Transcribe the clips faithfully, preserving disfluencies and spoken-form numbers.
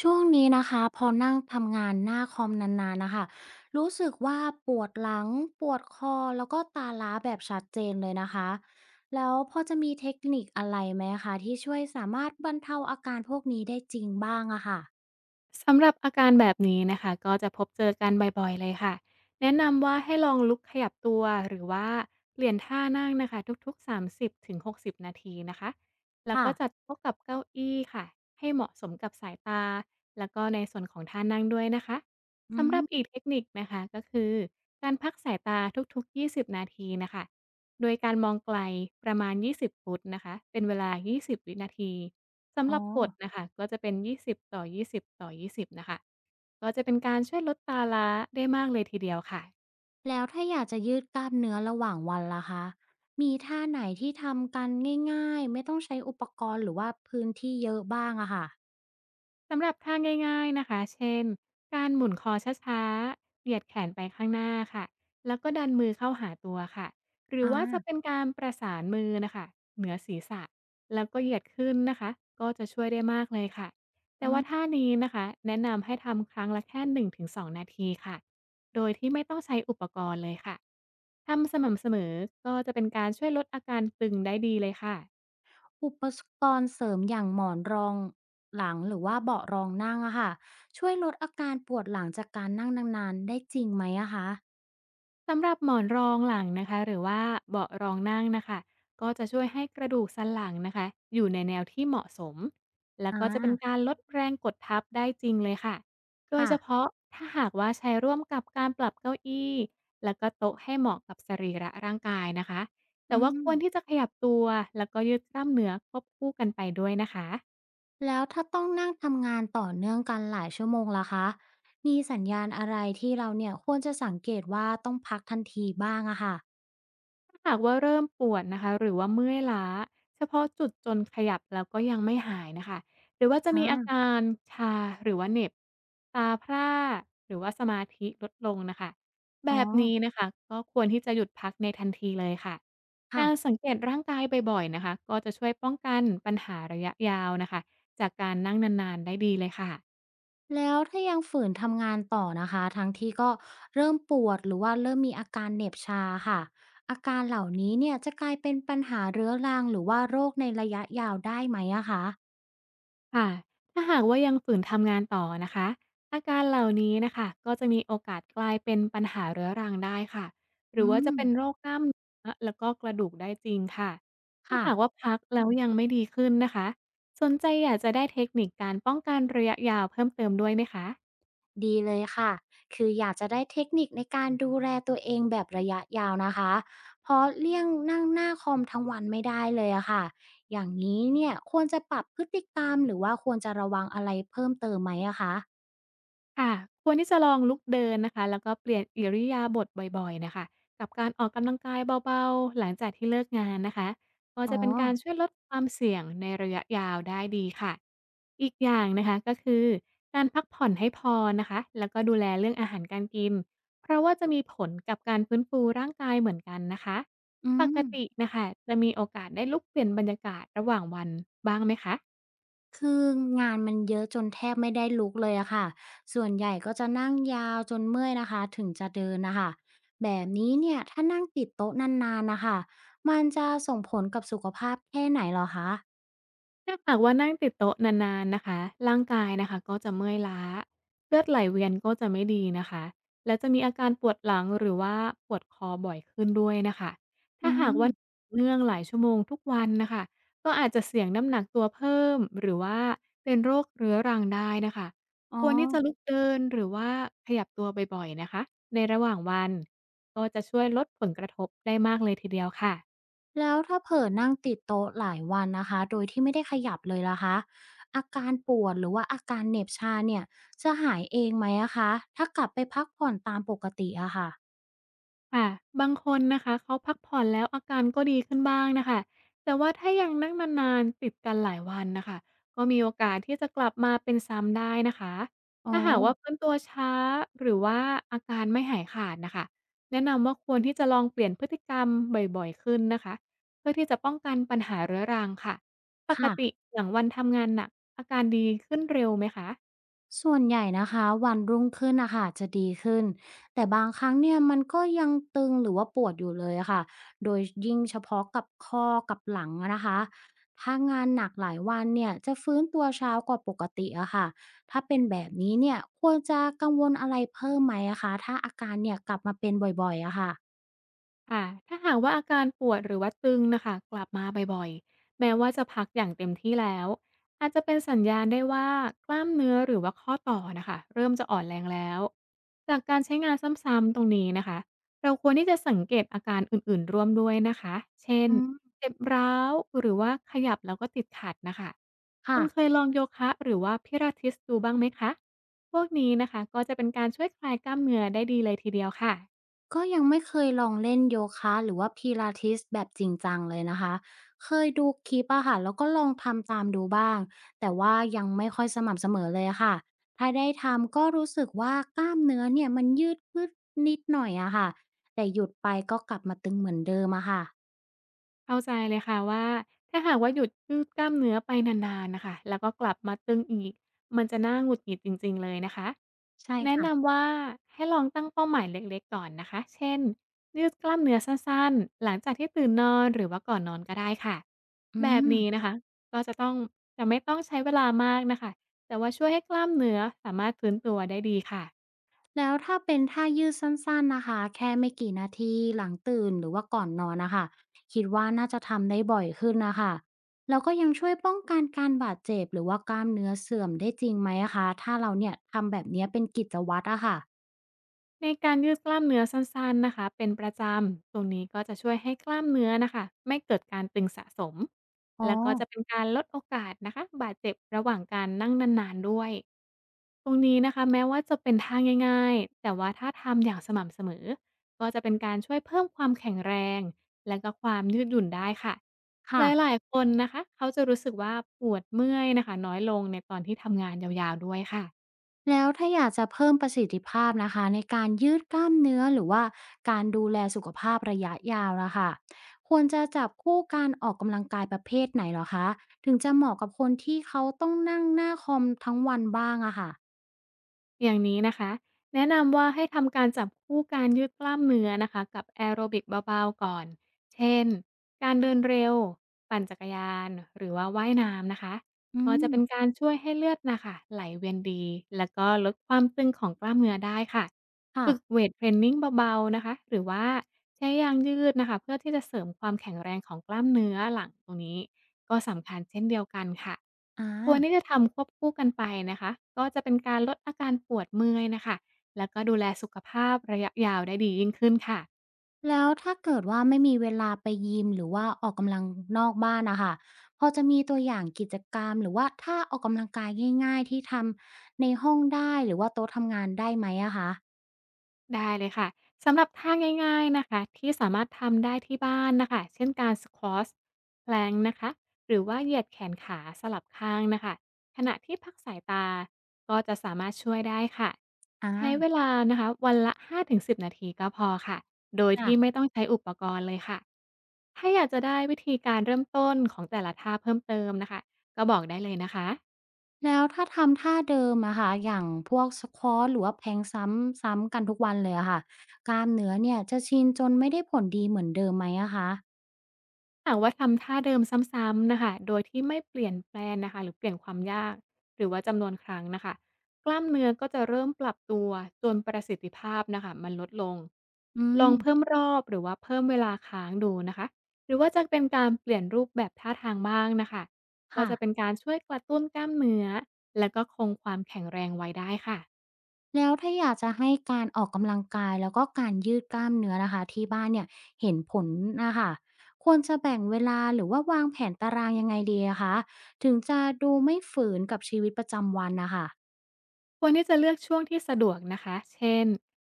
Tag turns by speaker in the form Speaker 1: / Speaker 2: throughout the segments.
Speaker 1: ช่วงนี้นะคะพอนั่งทำงานหน้าคอมนานๆนะคะรู้สึกว่าปวดหลังปวดคอแล้วก็ตาล้าแบบชัดเจนเลยนะคะแล้วพอจะมีเทคนิคอะไรไหมคะที่ช่วยสามารถบรรเทาอาการพวกนี้ได้จริงบ้างอะค่ะ
Speaker 2: สำหรับอาการแบบนี้นะคะก็จะพบเจอกันบ่อยๆเลยค่ะแนะนำว่าให้ลองลุกขยับตัวหรือว่าเปลี่ยนท่านั่งนะคะทุกๆสามสิบถึงหกสิบนาทีนะคะแล้ว
Speaker 1: ค่ะ
Speaker 2: ก็จัดโต๊ะกับเก้าอี้ค่ะให้เหมาะสมกับสายตาแล้วก็ในส่วนของท่านั่งด้วยนะคะ
Speaker 1: อื
Speaker 2: สำหรั
Speaker 1: ม
Speaker 2: บอีกเทคนิคนะคะก็คือการพักสายตาทุกๆยี่สิบนาทีนะคะโดยการมองไกลประมาณยี่สิบฟุตนะคะเป็นเวลายี่สิศูนย์วินาที สำห
Speaker 1: อ๋อ
Speaker 2: รับกฎนะคะก็จะเป็นยี่สิบ ยี่สิบ ยี่สิบน่สิบต่อยี่สิบต่อยี่สิบนะคะก็จะเป็นการช่วยลดตาล้าได้มากเลยทีเดียวค่ะ
Speaker 1: แล้วถ้าอยากจะยืดกล้ามเนื้อระหว่างวันล่ะคะมีท่าไหนที่ทำกันง่ายๆไม่ต้องใช้อุปกรณ์หรือว่าพื้นที่เยอะบ้างอะค่ะ
Speaker 2: สำหรับท่าง่ายๆนะคะเช่นการหมุนคอช้าๆเหยียดแขนไปข้างหน้าค่ะแล้วก็ดันมือเข้าหาตัวค่ะหรือ
Speaker 1: อ่
Speaker 2: ว่าจะเป็
Speaker 1: า
Speaker 2: นการประสานมือนะคะเหนือศีรษะแล้วก็เหยียดขึ้นนะคะก็จะช่วยได้มากเลยค่ะแต่
Speaker 1: อื
Speaker 2: ว่าท่า
Speaker 1: ม
Speaker 2: นี้นะคะแนะนำให้ทำครั้งละแค่หนึ่งถึงสองนงถึงสองนาทีค่ะโดยที่ไม่ต้องใช้อุปกรณ์เลยค่ะทำสม่ำเสมอก็จะเป็นการช่วยลดอาการตึงได้ดีเลยค่ะ
Speaker 1: อุปสกรณ์เสริมอย่างหมอนรองหลังหรือว่าเบาะรองนั่งอะค่ะช่วยลดอาการปวดหลังจากการนั่งนานๆได้จริงไหมอะคะ
Speaker 2: สำหรับหมอนรองหลังนะคะหรือว่าเบาะรองนั่งนะคะก็จะช่วยให้กระดูกสันหลังนะคะอยู่ในแนวที่เหมาะสมแล้ว
Speaker 1: อา
Speaker 2: ก็จะเป็นการลดแรงกดทับได้จริงเลยค่ะโดย
Speaker 1: ค่ะ
Speaker 2: เฉพาะถ้าหากว่าใช้ร่วมกับการปรับเก้าอี้แล้วก็โต๊ะให้เหมาะกับสรีระร่างกายนะคะแต่
Speaker 1: อื
Speaker 2: ว่า
Speaker 1: ม
Speaker 2: ควรที่จะขยับตัวแล้วก็ยืดกล้ามเนื้อควบคู่กันไปด้วยนะคะ
Speaker 1: แล้วถ้าต้องนั่งทำงานต่อเนื่องกันหลายชั่วโมงล่ะคะมีสัญญาณอะไรที่เราเนี่ยควรจะสังเกตว่าต้องพักทันทีบ้างอะค่ะ
Speaker 2: ถ้าหากว่าเริ่มปวดนะคะหรือว่าเมื่อยล้าเฉพาะจุดจนขยับแล้วก็ยังไม่หายนะคะหรือว่าจะ
Speaker 1: อา
Speaker 2: มีอาการชาหรือว่าเหน็บตาพร่าหรือว่าสมาธิลดลงนะคะแบ
Speaker 1: อ๋อ
Speaker 2: บนี้นะคะก็ควรที่จะหยุดพักในทันทีเลยค่ะ
Speaker 1: ค่ะ
Speaker 2: การสังเกตร่างกายบ่อยๆนะคะก็จะช่วยป้องกันปัญหาระยะยาวนะคะจากการนั่งนานๆได้ดีเลยค่ะ
Speaker 1: แล้วถ้ายังฝืนทำงานต่อนะคะทั้งที่ก็เริ่มปวดหรือว่าเริ่มมีอาการเหน็บชาค่ะอาการเหล่านี้เนี่ยจะกลายเป็นปัญหาเรื้อรังหรือว่าโรคในระยะยาวได้ไหมอะคะ
Speaker 2: ค่ะ ถ้าหากว่ายังฝืนทำงานต่อนะคะอาการเหล่านี้นะคะก็จะมีโอกาสกลายเป็นปัญหาเรื้อรังได้ค่ะหรื
Speaker 1: อื
Speaker 2: อว่าจะ
Speaker 1: ม
Speaker 2: เป็นโรคกล้ามเนื้อแล้วก็กระดูกได้จริงค่ะถ้า
Speaker 1: ค่ะ
Speaker 2: หากว่าพักแล้วยังไม่ดีขึ้นนะคะสนใจอยากจะได้เทคนิคการป้องกันระยะยาวเพิ่มเติมด้วยไหมคะ
Speaker 1: ดีเลยค่ะคืออยากจะได้เทคนิคในการดูแลตัวเองแบบระยะยาวนะคะเพราะเลี่ยงนั่งหน้าคอมทั้งวันไม่ได้เลยอะค่ะอย่างนี้เนี่ยควรจะปรับพฤติกรรมหรือว่าควรจะระวังอะไรเพิ่มเติมไหมอะคะ
Speaker 2: ค่ะควรที่จะลองลุกเดินนะคะแล้วก็เปลี่ยนอิริยาบถบ่อยๆนะคะกับการออกกำลังกายเบาๆหลังจากที่เลิกงานนะคะก็
Speaker 1: อ๋อ
Speaker 2: จะเป็นการช่วยลดความเสี่ยงในระยะยาวได้ดีค่ะอีกอย่างนะคะก็คือการพักผ่อนให้พอนะคะแล้วก็ดูแลเรื่องอาหารการกินเพราะว่าจะมีผลกับการฟื้นฟูร่างกายเหมือนกันนะคะ
Speaker 1: อื
Speaker 2: ปก
Speaker 1: ม
Speaker 2: ตินะคะจะมีโอกาสได้ลุกเปลี่ยนบรรยากาศระหว่างวันบ้างไหมคะ
Speaker 1: คืองานมันเยอะจนแทบไม่ได้ลุกเลยอะค่ะส่วนใหญ่ก็จะนั่งยาวจนเมื่อยนะคะถึงจะเดินนะคะแบบนี้เนี่ยถ้านั่งติดโต๊ะนานๆนะคะมันจะส่งผลกับสุขภาพแค่ไหนเหรอคะ
Speaker 2: ถ้าหากว่านั่งติดโต๊ะนานๆนะคะร่างกายนะคะก็จะเมื่อยล้าเลือดไหลเวียนก็จะไม่ดีนะคะและจะมีอาการปวดหลังหรือว่าปวดคอบ่อยขึ้นด้วยนะคะ
Speaker 1: อื
Speaker 2: ถ้าหาก
Speaker 1: ม
Speaker 2: ว่าเนื่องหลายชั่วโมงทุกวันนะคะก็อาจจะเสี่ยงน้ำหนักตัวเพิ่มหรือว่าเป็นโรคเรื้อรังได้นะค่ะ
Speaker 1: อ๋อ
Speaker 2: ควรที่จะลุกเดินหรือว่าขยับตัวบ่อยๆนะคะในระหว่างวันก็จะช่วยลดผลกระทบได้มากเลยทีเดียวค่ะ
Speaker 1: แล้วถ้าเผลอนั่งติดโต๊ะหลายวันนะคะโดยที่ไม่ได้ขยับเลยล่ะคะอาการปวดหรือว่าอาการเหน็บชาเนี่ยจะหายเองไหมอะคะถ้ากลับไปพักผ่อนตามปกติอะค่ะ
Speaker 2: ค่ะบางคนนะคะเขาพักผ่อนแล้วอาการก็ดีขึ้นบ้างนะคะแต่ว่าถ้ายังนั่งนานๆติดกันหลายวันนะคะก็มีโอกาสที่จะกลับมาเป็นซ้ำได้นะคะ
Speaker 1: อ๋อ
Speaker 2: ถ้าหากว่าพื้นตัวช้าหรือว่าอาการไม่หายขาดนะคะแนะนำว่าควรที่จะลองเปลี่ยนพฤติกรรมบ่อยๆขึ้นนะคะเพื่อที่จะป้องกันปัญหาเรื้อรังค่ะปก
Speaker 1: ค่ะ
Speaker 2: ติอย่างวันทำงานหนักอาการดีขึ้นเร็วไหมคะ
Speaker 1: ส่วนใหญ่นะคะวันรุ่งขึ้นนะค่ะจะดีขึ้นแต่บางครั้งเนี่ยมันก็ยังตึงหรือว่าปวดอยู่เลยอะค่ะโดยยิ่งเฉพาะกับข้อกับหลังอะนะคะถ้างานหนักหลายวันเนี่ยจะฟื้นตัวช้ากว่าปกติอะค่ะถ้าเป็นแบบนี้เนี่ยควรจะกังวลอะไรเพิ่มไหมอะคะถ้าอาการเนี่ยกลับมาเป็นบ่อยๆอะค่ะ
Speaker 2: ค่ะถ้าหากว่าอาการปวดหรือว่าตึงนะคะกลับมาบ่อยๆ แม้ว่าจะพักอย่างเต็มที่แล้ว อาจจะเป็นสัญญาณได้ว่ากล้ามเนื้อหรือว่าข้อต่อนะคะเริ่มจะอ่อนแรงแล้ว จากการใช้งานซ้ำๆตรงนี้นะคะ เราควรที่จะสังเกตอาการอื่นๆร่วมด้วยนะคะเช่น
Speaker 1: อืม
Speaker 2: เจ็บร้าวหรือว่าขยับแล้วก็ติดขัดนะคะคุณเค
Speaker 1: ค่ะ
Speaker 2: ยลองโยคะหรือว่าพิลาทิสดูบ้างไหมคะพวกนี้นะคะก็จะเป็นการช่วยคลายกล้ามเนื้อได้ดีเลยทีเดียวค่ะ
Speaker 1: ก็ยังไม่เคยลองเล่นโยคะหรือว่าพิลาทิสแบบจริงจังเลยนะคะ เคยดูคลิปอะค่ะแล้วก็ลองทำตามดูบ้างแต่ว่ายังไม่ค่อยสม่ำเสมอเลยอะค่ะถ้าได้ทำก็รู้สึกว่ากล้ามเนื้อเนี่ยมันยืดขึ้นนิดหน่อยอะค่ะแต่หยุดไปก็กลับมาตึงเหมือนเดิมอะค่ะ
Speaker 2: เข้าใจเลยค่ะว่าถ้าหากว่าหยุดยืดกล้ามเนื้อไปนานๆนะคะแล้วก็กลับมาตึงอีกมันจะน่าหงุดหงิดจริงๆเลยนะคะ
Speaker 1: ใช่
Speaker 2: แนะ
Speaker 1: ค่ะ
Speaker 2: นำว่าให้ลองตั้งเป้าหมายเล็กๆก่อนนะคะเช่นยืดกล้ามเนื้อสั้นๆหลังจากที่ตื่นนอนหรือว่าก่อนนอนก็ได้ค่ะ
Speaker 1: อื
Speaker 2: แบบ
Speaker 1: ม
Speaker 2: นี้นะคะก็จะต้องจะไม่ต้องใช้เวลามากน่ะคะแต่ว่าช่วยให้กล้ามเนื้อสามารถฟื้นตัวได้ดีค่ะ
Speaker 1: แล้วถ้าเป็นท่ายืดสั้นๆนะคะแค่ไม่กี่นาทีหลังตื่นหรือว่าก่อนนอนนะคะคิดว่าน่าจะทำได้บ่อยขึ้นนะคะแล้วก็ยังช่วยป้องกันการบาดเจ็บหรือว่ากล้ามเนื้อเสื่อมได้จริงไหมอะคะถ้าเราเนี่ยทำแบบเนี้ยเป็นกิจวัตรอะค่ะ
Speaker 2: ในการยืดกล้ามเนื้อสั้นๆนะคะเป็นประจำตรงนี้ก็จะช่วยให้กล้ามเนื้อนะคะไม่เกิดการตึงสะสม
Speaker 1: อ๋อ
Speaker 2: แล้วก็จะเป็นการลดโอกาสนะคะบาดเจ็บระหว่างการนั่งนานๆด้วยตรงนี้นะคะแม้ว่าจะเป็นท่าง่ายๆแต่ว่าถ้าทำอย่างสม่ำเสมอก็จะเป็นการช่วยเพิ่มความแข็งแรงและก็ความยืดหยุ่นได้ค่ะห
Speaker 1: ค่ะ
Speaker 2: ลายๆคนนะคะเขาจะรู้สึกว่าปวดเมื่อยนะคะน้อยลงในตอนที่ทำงานยาวๆด้วยค่ะ
Speaker 1: แล้วถ้าอยากจะเพิ่มประสิทธิภาพนะคะในการยืดกล้ามเนื้อหรือว่าการดูแลสุขภาพระยะยาวนะคะควรจะจับคู่การออกกำลังกายประเภทไหนเหรอคะถึงจะเหมาะกับคนที่เขาต้องนั่งหน้าคอมทั้งวันบ้างอะค่ะ
Speaker 2: อย่างนี้นะคะแนะนำว่าให้ทำการจับคู่การยืดกล้ามเนื้อนะคะกับแอโรบิกเบาๆก่อนเช่นการเดินเร็วปั่นจักรยานหรือว่าว่ายน้ำนะคะ
Speaker 1: อื
Speaker 2: ก็จะ
Speaker 1: ม
Speaker 2: เป็นการช่วยให้เลือดนะค่ะไหลเวียนดีแล้วก็ลดความตึงของกล้ามเนื้อได้ค่ะฝึก
Speaker 1: ค่ะ
Speaker 2: เวทเทรนนิงเบาๆนะคะหรือว่าใช้ยางยืดนะคะเพื่อที่จะเสริมความแข็งแรงของกล้ามเนื้อหลังตรงนี้ก็สำคัญเช่นเดียวกันค่ะ
Speaker 1: อ่า
Speaker 2: ควรที่จะทำควบคู่กันไปนะคะก็จะเป็นการลดอาการปวดเมื่อยนะคะแล้วก็ดูแลสุขภาพระยะยาวได้ดียิ่งขึ้นค่ะ
Speaker 1: แล้วถ้าเกิดว่าไม่มีเวลาไปยิมหรือว่าออกกำลังนอกบ้านนะคะพอจะมีตัวอย่างกิจกรรมหรือว่าท่าออกกำลังกายง่ายๆที่ทำในห้องได้หรือว่าโต๊ะทำงานได้ไหมอะคะ
Speaker 2: ได้เลยค่ะสำหรับท่าง่ายๆนะคะที่สามารถทำได้ที่บ้านนะคะเช่นการสควอชแพลงนะคะหรือว่าเหยียดแขนขาสลับข้างนะคะขณะที่พักสายตาก็จะสามารถช่วยได้ค่ะ
Speaker 1: อา
Speaker 2: ใช้เวลานะคะวันละห้าถึงสิบนาทีก็พอค่ะโดย
Speaker 1: ค่ะ
Speaker 2: ที่ไม่ต้องใช้อุปกรณ์เลยค่ะถ้าอยากจะได้วิธีการเริ่มต้นของแต่ละท่าเพิ่มเติมนะคะก็บอกได้เลยนะคะ
Speaker 1: แล้วถ้าทำท่าเดิมอะค่ะอย่างพวก เอส ควอ ที หรือว่า พี แอล เอ ซ้ำซ้ำกันทุกวันเลยอะค่ะกล้ามเนื้อเนี่ยจะชินจนไม่ได้ผลดีเหมือนเดิมไหมอะคะ
Speaker 2: หากว่าทำท่าเดิมซ้ำๆนะคะโดยที่ไม่เปลี่ยนแปลนนะค่ะหรือเปลี่ยนความยากหรือว่าจำนวนครั้งนะคะกล้ามเนื้อก็จะเริ่มปรับตัวจนประสิทธิภาพนะคะมันลดลง
Speaker 1: อื
Speaker 2: ลองเพิ่ม
Speaker 1: ม
Speaker 2: รอบหรือว่าเพิ่มเวลาค้างดูนะคะหรือว่าจะเป็นการเปลี่ยนรูปแบบท่าทางบ้างนะคะก็
Speaker 1: ค่ะ
Speaker 2: จะเป็นการช่วยกระตุ้นกล้ามเนื้อและก็คงความแข็งแรงไว้ได้ค่ะ
Speaker 1: แล้วถ้าอยากจะให้การออกกำลังกายแล้วก็การยืดกล้ามเนื้อนะคะที่บ้านเนี่ยเห็นผลนะคะควรจะแบ่งเวลาหรือว่าวางแผนตารางยังไงดีอะคะถึงจะดูไม่ฝืนกับชีวิตประจำวันนะคะ
Speaker 2: ควรที่จะเลือกช่วงที่สะดวกนะคะเช่น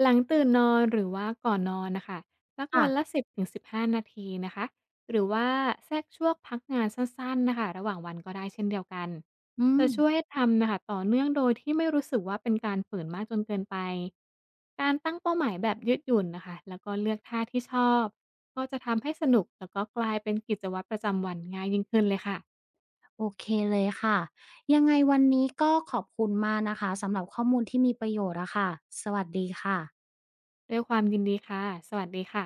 Speaker 2: หลังตื่นนอนหรือว่าก่อนนอนนะคะสัก
Speaker 1: ค่ะ
Speaker 2: วันละสิบถึงสิบหหนึ่ง ห้านาทีนะคะหรือว่าแทรกช่วงพักงานสั้นๆนะคะระหว่างวันก็ได้เช่นเดียวกัน
Speaker 1: อืม
Speaker 2: จะช่วยให้ทำนะคะต่อเนื่องโดยที่ไม่รู้สึกว่าเป็นการฝืนมากจนเกินไป การตั้งเป้าหมายแบบยืดหยุ่นนะคะแล้วก็เลือกท่าที่ชอบก็จะทำให้สนุกแล้วก็กลายเป็นกิจวัตรประจำวันง่ายยิ่งขึ้นเลยค่ะ
Speaker 1: โอเคเลยค่ะ ยังไงวันนี้ก็ขอบคุณมากนะคะสำหรับข้อมูลที่มีประโยชน์อะค่ะสวัสดีค่ะ
Speaker 2: ด้วยความยินดีค่ะสวัสดีค่ะ